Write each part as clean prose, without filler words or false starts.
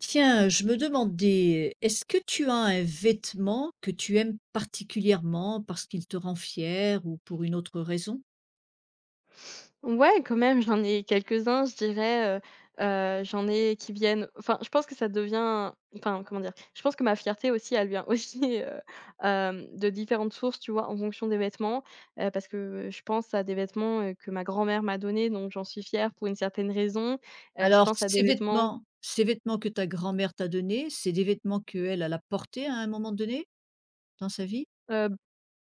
Tiens, je me demandais, est-ce que tu as un vêtement que tu aimes particulièrement parce qu'il te rend fier ou pour une autre raison? Ouais, quand même, j'en ai quelques-uns, je dirais, j'en ai qui viennent enfin, je pense que ça devient enfin, comment dire? Je pense que ma fierté aussi, elle vient aussi, de différentes sources, tu vois? En fonction des vêtements, parce que je pense à des vêtements, que ma grand-mère m'a donnés, donc j'en suis fière pour une certaine raison. Je Alors, pense à des ces vêtements. vêtements ces vêtements que ta grand-mère t'a donnés, c'est des vêtements qu'elle, elle a portés à un moment donné dans sa vie?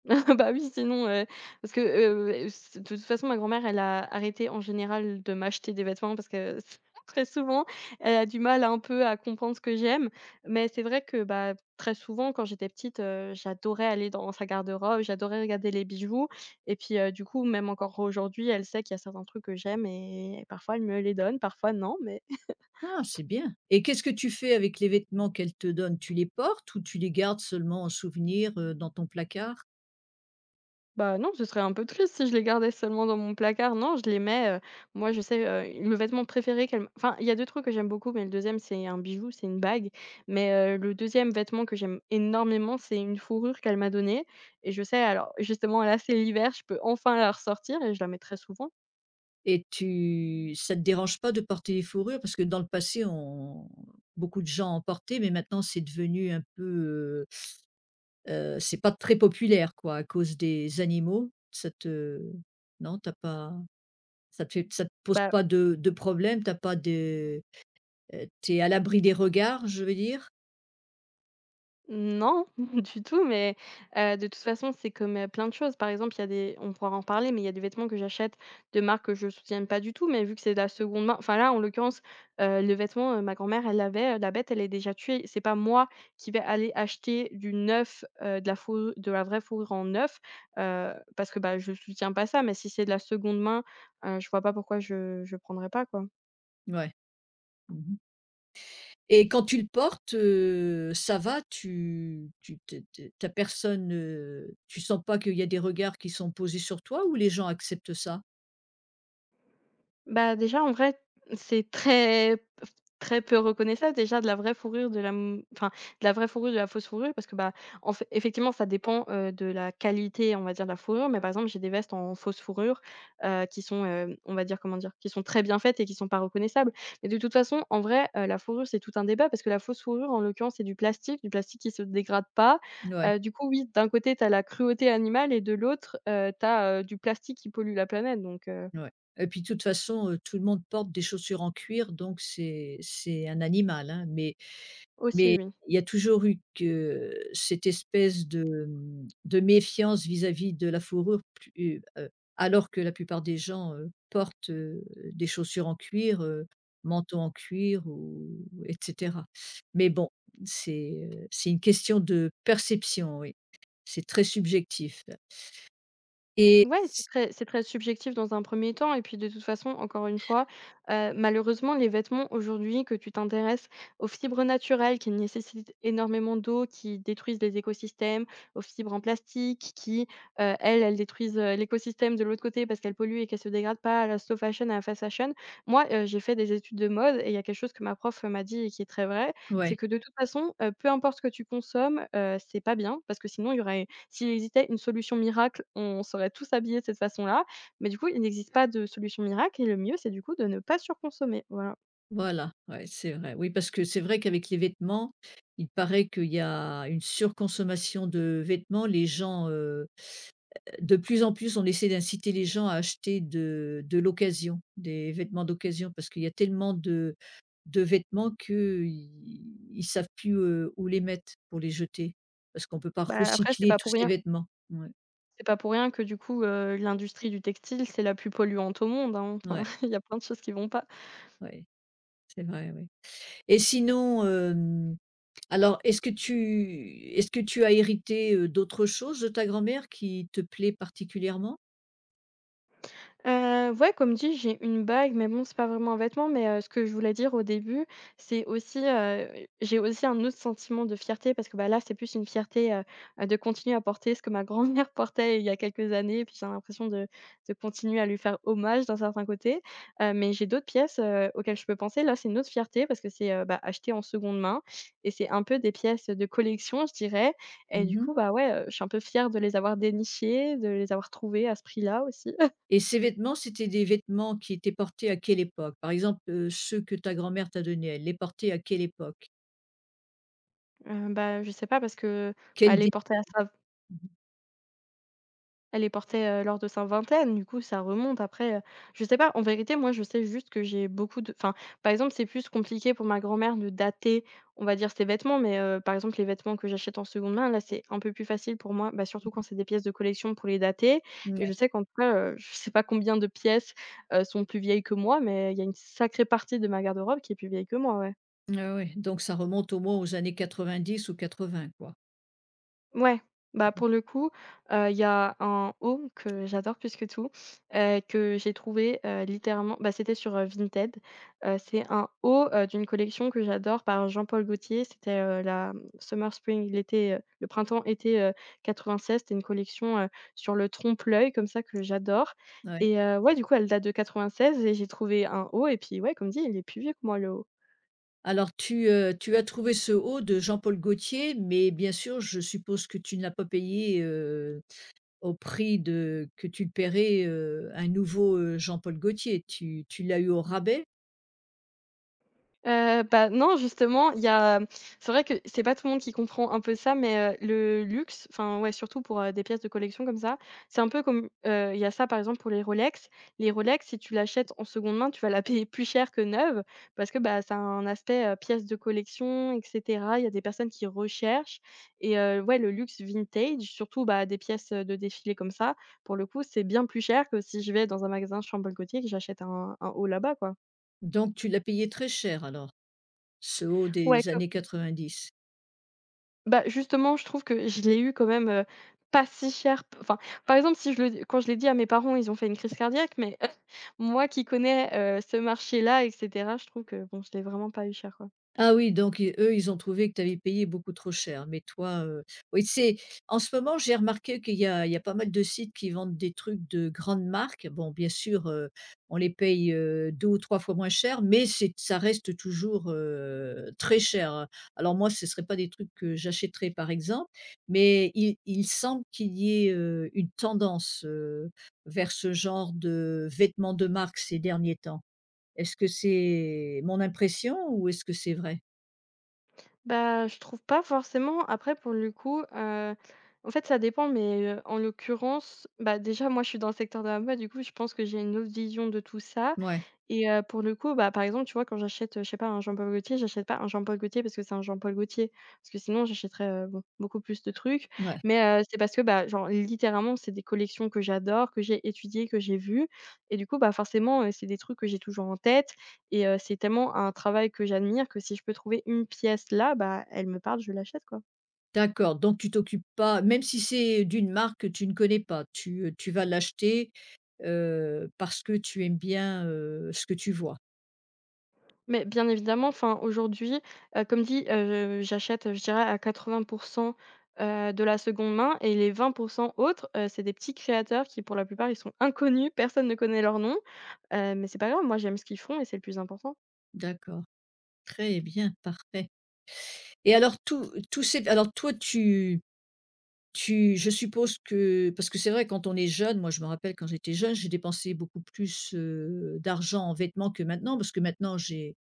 Bah oui, sinon, parce que, s de toute façon, ma grand-mère, elle a arrêté en général de m'acheter des vêtements parce que très souvent, elle a du mal un peu à comprendre ce que j'aime. Mais c'est vrai que, bah, très souvent, quand j'étais petite, j'adorais aller dans sa garde-robe, j'adorais regarder les bijoux et puis, du coup, même encore aujourd'hui, elle sait qu'il y a certains trucs que j'aime et parfois elle me les donne, parfois non, mais Ah, c'est bien, et qu'est-ce que tu fais avec les vêtements qu'elle te donne? Tu les portes ou tu les gardes seulement en souvenir, dans ton placard? bah, non, ce serait un peu triste si je les gardais seulement dans mon placard. Non, je les mets, moi, je sais, le vêtement préféré qu'elle m enfin, il y a 2 trucs que j'aime beaucoup, mais le deuxième c'est un bijou, c'est une bague. Mais, le deuxième vêtement que j'aime énormément, c'est une fourrure qu'elle m'a donnée et je sais alors justement là, c'est l'hiver, je peux enfin la ressortir et je la mets très souvent. Et tu ça te dérange pas de porter des fourrures? Parce que dans le passé, on beaucoup de gens en portaient, mais maintenant c'est devenu un peu, c'est pas très populaire, quoi, à cause des animaux. Ça te non, t'as pas, ça te fait, ça te pose Bah pas de problème? T'as pas de, tu à l'abri des regards, je veux dire? non, du tout, mais de toute façon, c'est comme, plein de choses. Par exemple, il y a des on pourra en parler, mais il y a des vêtements que j'achète de marques que je soutiens pas du tout, mais vu que c'est de la seconde main enfin là, en l'occurrence, le vêtement, ma grand-mère, elle l'avait, la bête, elle est déjà tuée. C'est pas moi qui vais aller acheter du neuf, de la vraie fourrure en neuf, parce que, bah, je soutiens pas ça, mais si c'est de la seconde main, je vois pas pourquoi je prendrais pas, quoi. Ouais. Mmh. Et quand tu le portes, ça va, tu es tu personne, tu sens pas qu'il y a des regards qui sont posés sur toi, ou les gens acceptent ça? Bah, déjà, en vrai, c'est très p très peu reconnaissable, déjà, de la vraie fourrure, de la m enfin, de la vraie fourrure, de la fausse fourrure parce que, bah, en fait, effectivement, ça dépend, de la qualité, on va dire, de la fourrure, mais par exemple, j'ai des vestes en fausse fourrure, qui sont, on va dire, comment dire? Qui sont très bien faites et qui sont pas reconnaissables. Mais de toute façon, en vrai, la fourrure, c'est tout un débat parce que la fausse fourrure, en l'occurrence, c'est du plastique qui se dégrade pas. Ouais, Du coup, oui, d'un côté, t'as la cruauté animale et de l'autre, tu as du plastique qui pollue la planète, donc, ouais. Et puis de toute façon, tout le monde porte des chaussures en cuir, donc c'est un animal, hein, mais aussi, Mais oui. il y a toujours eu que cette espèce de, mmh, de méfiance vis-à-vis de la fourrure plus, alors que la plupart des gens, portent, des chaussures en cuir, manteaux en cuir ou et cetera. Mais bon, c'est une question de perception, oui. C'est très subjectif et Ouais, c'est s très c'est très subjectif dans un premier temps et puis de toute façon, encore une fois, malheureusement, les vêtements aujourd'hui, que tu t'intéresses aux fibres naturelles qui nécessitent énormément d'eau, qui détruisent les écosystèmes, aux fibres en plastique qui, elles, elles détruisent, l'écosystème de l'autre côté parce qu'elles polluent et qu'elles se dégradent pas, à la slow fashion, à la fast fashion. Moi, j'ai fait des études de mode et il y a quelque chose que ma prof m'a dit et qui est très vrai, ouais, c'est que de toute façon, peu importe ce que tu consommes, c'est pas bien parce que sinon il y aurait s'il existait une solution miracle, on serait tous habillés de cette façon-là, mais du coup, il n'existe pas de solution miracle et le mieux, c'est du coup de ne pas surconsommer, voilà. voilà, ouais, c'est vrai. Oui, parce que c'est vrai qu'avec les vêtements, il paraît qu'il y a une surconsommation de vêtements. Les gens, de plus en plus, on essaie d'inciter les gens à acheter de l'occasion, des vêtements d'occasion, parce qu'il y a tellement de vêtements qu'ils ils savent plus, où les mettre pour les jeter. Parce qu'on ne peut pas Bah, après, c'est recycler pas tous pour ces rien vêtements. Ouais, c'est pas pour rien que du coup, l'industrie du textile, c'est la plus polluante au monde, hein, enfin, ouais, il y a plein de choses qui vont pas. ouais, c'est vrai, oui. Et sinon, hem, alors est-ce que tu as hérité, d'autres choses de ta grand-mère qui te plaît particulièrement? Ouais, comme dit, j'ai une bague, mais bon, c'est pas vraiment un vêtement, mais ce que je voulais dire au début, c'est aussi, j'ai aussi un autre sentiment de fierté parce que, bah, là, c'est plus une fierté, de continuer à porter ce que ma grand-mère portait il y a quelques années. Et puis j'ai l'impression de continuer à lui faire hommage d'un certain côté. Mais j'ai d'autres pièces, auxquelles je peux penser. Là, c'est une autre fierté parce que c'est, bah, acheté en seconde main et c'est un peu des pièces de collection, je dirais, et du Mmh. coup, bah, ouais, je suis un peu fière de les avoir dénichées, de les avoir trouvées à ce prix-là aussi. Et ces vêtements, c'était des vêtements qui étaient portés à quelle époque? Par exemple, ceux que ta grand-mère t'a donnés, elle les portait à quelle époque? Bah, je sais pas parce que, bah, Quel dé elle est portée lors de sa vingtaine, du coup ça remonte après, je sais pas. En vérité, moi, je sais juste que j'ai beaucoup de enfin, par exemple, c'est plus compliqué pour ma grand-mère de dater, on va dire, ses vêtements, mais par exemple, les vêtements que j'achète en seconde main, là, c'est un peu plus facile pour moi, bah, surtout quand c'est des pièces de collection pour les dater et ouais, je sais qu'en tout cas, je sais pas combien de pièces, sont plus vieilles que moi, mais il y a une sacrée partie de ma garde-robe qui est plus vieille que moi, ouais. ouais, ouais, donc ça remonte au moins aux années 90 ou 80, quoi. Ouais, bah, pour le coup, il y a un home que j'adore plus que tout, que j'ai trouvé, littéralement bah, c'était sur, Vinted. C'est un haut, d'une collection que j'adore par Jean-Paul Gaultier. C'était, la, Summer Spring, l'été, le printemps-été, 96. C'était une collection, sur le trompe-l'œil comme ça que j'adore Ouais. et ouais, du coup, elle date de 96 et j'ai trouvé un haut et puis, ouais, comme dit, il est plus vieux que moi, le haut. Alors tu, tu as trouvé ce haut de Jean-Paul Gaultier, mais bien sûr, je suppose que tu ne l'as pas payé, au prix de que tu le paierais, un nouveau, Jean-Paul Gaultier. Tu l'as eu au rabais? Bah, non, justement, il y a, c'est vrai que c'est pas tout le monde qui comprend un peu ça, mais, le luxe, enfin, ouais, surtout pour, des pièces de collection comme ça, c'est un peu comme, il y a ça, par exemple, pour les Rolex. Les Rolex, si tu l'achètes en seconde main, tu vas la payer plus cher que neuve parce que, bah, ça a un aspect, pièce de collection, et cetera. Il y a des personnes qui recherchent et ouais, le luxe vintage, surtout, bah, des pièces, de défilé comme ça, pour le coup, c'est bien plus cher que si je vais dans un magasin Chambre-Gaultier et que j'achète un haut là-bas, quoi. Donc tu l'as payé très cher alors, ce haut Ouais, des comme années 90? Bah, justement, je trouve que je l'ai eu quand même, pas si cher p enfin, par exemple, si je le quand je l'ai dit à mes parents, ils ont fait une crise cardiaque, mais moi qui connais, ce marché-là, et cetera, je trouve que bon, je l'ai vraiment pas eu cher, quoi. Ah oui, donc i eux, ils ont trouvé que tu avais payé beaucoup trop cher, mais toi, oui, c'est en ce moment, j'ai remarqué qu'il y a il y a pas mal de sites qui vendent des trucs de grandes marques. Bon, bien sûr, on les paye, 2 ou 3 fois moins cher, mais c'est ça reste toujours, très cher, hein. Alors moi, ce ne serait pas des trucs que j'achèterais, par exemple, mais il semble qu'il y ait, une tendance, vers ce genre de vêtements de marque ces derniers temps. Est-ce que c'est mon impression ou est-ce que c'est vrai? Bah, je trouve pas forcément. Après, pour le coup, en fait, ça dépend, mais, en l'occurrence, bah, déjà, moi, je suis dans le secteur de la mode, du coup, je pense que j'ai une autre vision de tout ça Ouais, et pour le coup, bah, par exemple, tu vois, quand j'achète, je sais pas, un Jean-Paul Gaultier, j'achète pas un Jean-Paul Gaultier parce que c'est un Jean-Paul Gaultier, parce que sinon j'achèterais, bon, beaucoup plus de trucs, ouais. mais, c'est parce que, bah, genre, littéralement, c'est des collections que j'adore, que j'ai étudiées, que j'ai vues et du coup, bah, forcément, c'est des trucs que j'ai toujours en tête et c'est tellement un travail que j'admire que si je peux trouver une pièce là, bah, elle me parle, je l'achète, quoi. D'accord, donc tu t'occupes pas, même si c'est d'une marque que tu ne connais pas, tu, tu vas l'acheter, parce que tu aimes bien, ce que tu vois? Mais bien évidemment, enfin, aujourd'hui, comme dit, j'achète, je dirais à 80, de la seconde main et les 20 autres, c'est des petits créateurs qui, pour la plupart, ils sont inconnus, personne ne connaît leur nom, mais c'est pas grave, moi j'aime ce qu'ils font et c'est le plus important. D'accord, très bien, parfait. Et alors tout tout ces alors toi tu tu je suppose que parce que c'est vrai quand on est jeune, moi je me rappelle quand j'étais jeune, j'ai dépensé beaucoup plus, d'argent en vêtements que maintenant, parce que maintenant j'ai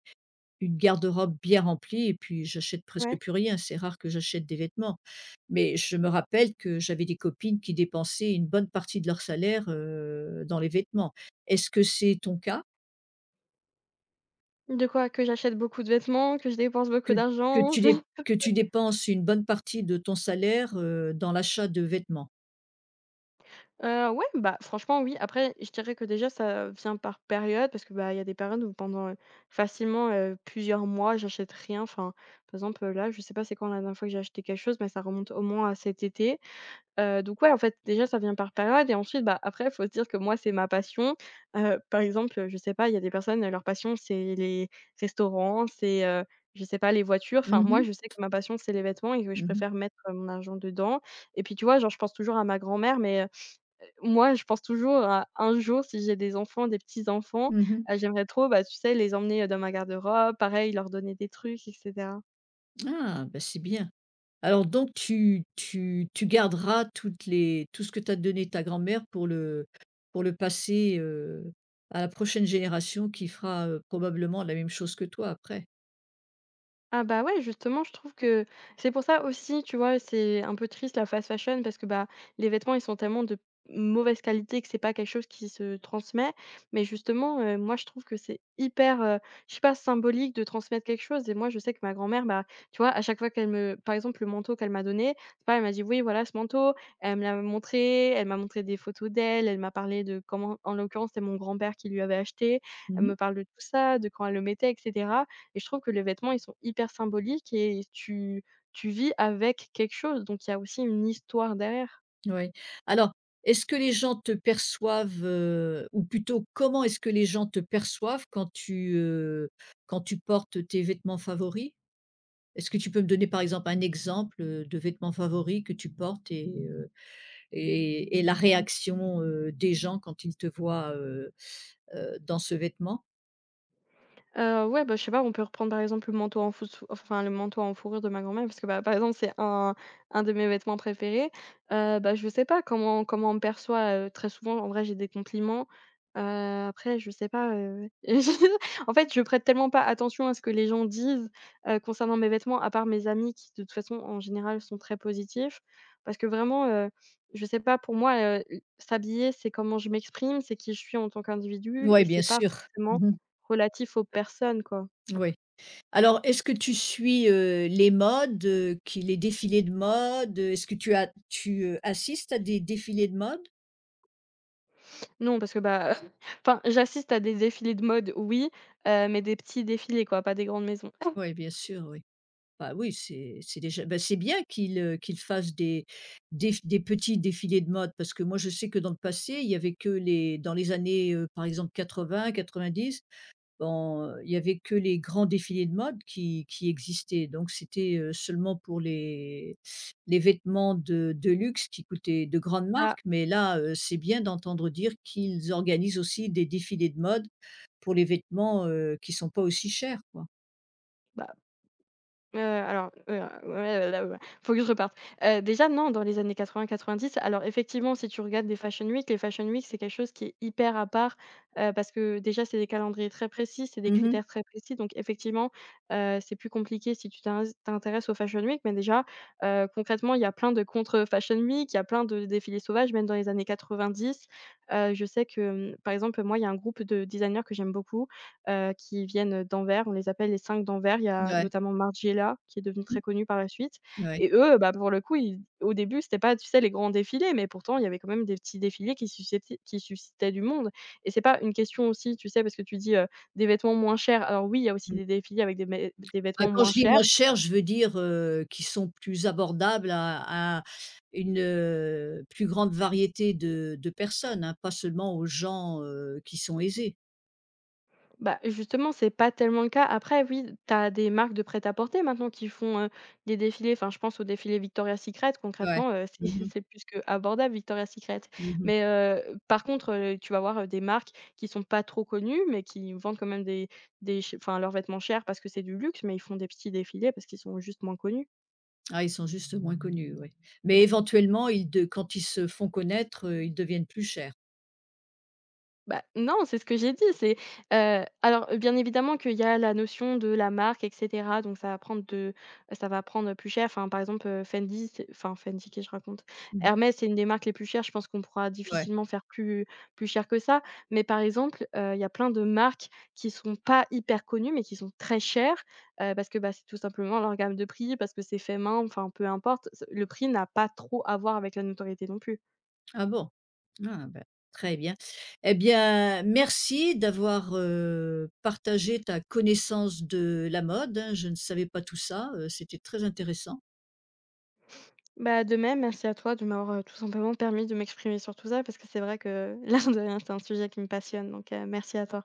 une garde-robe bien remplie et puis j'achète presque Ouais. plus rien. C'est rare que j'achète des vêtements. Mais je me rappelle que j'avais des copines qui dépensaient une bonne partie de leur salaire, dans les vêtements. Est-ce que c'est ton cas? De quoi? Que j'achète beaucoup de vêtements, que je dépense Que beaucoup que d'argent? tu dé que tu dépenses une bonne partie de ton salaire, dans l'achat de vêtements? Ouais, bah, franchement, oui. Après, je dirais que déjà ça vient par période parce que, bah, il y a des périodes où pendant, facilement, plusieurs mois, j'achète rien. Enfin, par exemple, là, je sais pas c'est quand la dernière fois que j'ai acheté quelque chose, mais ça remonte au moins à cet été. Donc ouais, en fait, déjà ça vient par période et ensuite, bah, après faut se dire que moi c'est ma passion. Par exemple, je sais pas, il y a des personnes, leur passion c'est les restaurants, c'est, je sais pas, les voitures. Enfin, Mmh moi mh. je sais que ma passion c'est les vêtements et que je Mmh. préfère mettre, mon argent dedans. Et puis, tu vois, genre, je pense toujours à ma grand-mère, mais moi, je pense toujours à un jour, si j'ai des enfants, des petits-enfants, Mmh. J'aimerais trop, bah, tu sais, les emmener, dans ma garde-robe, pareil, leur donner des trucs et cetera. Ah, bah, c'est bien. Alors donc tu garderas toutes les tout ce que t'as donné ta grand-mère pour le passer, à la prochaine génération qui fera, probablement la même chose que toi après? Ah bah ouais, justement, je trouve que c'est pour ça aussi, tu vois, c'est un peu triste la fast fashion parce que bah, les vêtements, ils sont tellement de mauvaise qualité que c'est pas quelque chose qui se transmet. Mais justement, moi, je trouve que c'est hyper, je sais pas, symbolique de transmettre quelque chose. Et moi, je sais que ma grand-mère, bah, tu vois, à chaque fois qu'elle me par exemple, le manteau qu'elle m'a donné, c'est pareil, elle m'a dit: «Oui, voilà ce manteau». Elle me l'a montré, elle m'a montré des photos d'elle, elle m'a parlé de comment en l'occurrence, c'est mon grand-père qui lui avait acheté. Elle Mmh, me parle de tout ça, de quand elle le mettait etc, et je trouve que les vêtements, ils sont hyper symboliques et tu vis avec quelque chose, donc il y a aussi une histoire derrière. oui. Alors, est-ce que les gens te perçoivent, ou plutôt comment est-ce que les gens te perçoivent quand tu portes tes vêtements favoris? Est-ce que tu peux me donner par exemple un exemple, de vêtements favoris que tu portes et la réaction, des gens quand ils te voient, dans ce vêtement? Ouais, bah, je sais pas, on peut reprendre, par exemple, le manteau le manteau en fourrure de ma grand-mère parce que, bah, par exemple, c'est un de mes vêtements préférés. Bah, je sais pas comment on me perçoit, très souvent, en vrai, j'ai des compliments. Heu, après, je sais pas, en fait, je prête tellement pas attention à ce que les gens disent, concernant mes vêtements, à part mes amis qui, de toute façon, en général, sont très positifs. Parce que vraiment, je sais pas, pour moi, s'habiller, c'est comment je m'exprime, c'est qui je suis en tant qu'individu Oui, et bien c'est pas sûr. forcément Mmh. relatif aux personnes, quoi. Oui. Alors, est-ce que tu suis, les modes, qui les défilés de mode? Est-ce que tu as tu, assistes à des défilés de mode? Non, parce que, bah, enfin, j'assiste à des défilés de mode, oui, mais des petits défilés, quoi, pas des grandes maisons. Oui, bien sûr, oui. Bah, oui, c'est déjà bah, c'est bien qu'ils, qu'ils fassent des déf des petits défilés de mode, parce que moi, je sais que dans le passé, il y avait que les dans les années, par exemple 80-90, bon, il y avait que les grands défilés de mode qui existaient, donc c'était, seulement pour les les vêtements de luxe qui coûtaient de grandes Bah marques, mais là, c'est bien d'entendre dire qu'ils organisent aussi des défilés de mode pour les vêtements, qui sont pas aussi chers, quoi. bah, alors, faut que je reparte. Déjà non, dans les années 80-90, alors effectivement, si tu regardes des fashion week, les fashion week, c'est quelque chose qui est hyper à part, parce que déjà, c'est des calendriers très précis, c'est des Mmh. critères très précis. Donc effectivement, c'est plus compliqué si tu t'intéresses aux fashion week. Mais déjà, concrètement, il y a plein de contre fashion week, il y a plein de défilés sauvages, même dans les années 90. Je sais que, mmh, par exemple, moi, il y a un groupe de designers que j'aime beaucoup, qui viennent d'Anvers. On les appelle les cinq d'Anvers. Il y a Ouais. notamment Margiela qui est devenue Mmh. très connue par la suite. Ouais. Et eux, bah, pour le coup, ils au début, c'était pas, tu sais, les grands défilés, mais pourtant il y avait quand même des petits défilés qui suscéti qui suscitaient du monde. Et c'est pas une question aussi, tu sais, parce que tu dis, des vêtements moins chers. Alors oui, il y a aussi Mmh. des défilés avec des Ah, vêtements quand moins je dis moins chers. cher, je veux dire, qui sont plus abordables à une, plus grande variété de personnes, hein, pas seulement aux gens, qui sont aisés. Bah, justement, c'est pas tellement le cas. Après, oui, tu as des marques de prêt-à-porter maintenant qui font, des défilés. Enfin, je pense au défilé Victoria's Secret, Ouais. concrètement, Mmh c'est mh. c'est plus que abordable Victoria's Secret. Mmh. Mais, par contre, tu vas voir, des marques qui sont pas trop connues, mais qui vendent quand même leurs vêtements chers parce que c'est du luxe, mais ils font des petits défilés parce qu'ils sont juste moins connus. Ah, ils sont juste moins connus, ouais. Mais éventuellement, ils de quand ils se font connaître, ils deviennent plus chers. Bah, non, c'est ce que j'ai dit, c'est, alors, bien évidemment qu'il y a la notion de la marque et cetera, donc ça va prendre plus cher. Enfin, par exemple, Fendi, c'est enfin, Fendi, que je raconte? Mmh. Hermès, c'est une des marques les plus chères, je pense qu'on pourra Ouais. difficilement faire plus cher que ça. Mais par exemple, il y a plein de marques qui sont pas hyper connues, mais qui sont très chères, parce que, bah, c'est tout simplement leur gamme de prix, parce que c'est fait main, enfin, peu importe, le prix n'a pas trop à voir avec la notoriété non plus. Ah bon? Ah bah, très bien. Eh bien, merci d'avoir, partagé ta connaissance de la mode, hein. Je ne savais pas tout ça, c'était très intéressant. Bah, de même, merci à toi de m'avoir tout simplement permis de m'exprimer sur tout ça, parce que c'est vrai que l'air de rien, c'est un sujet qui me passionne, donc merci à toi.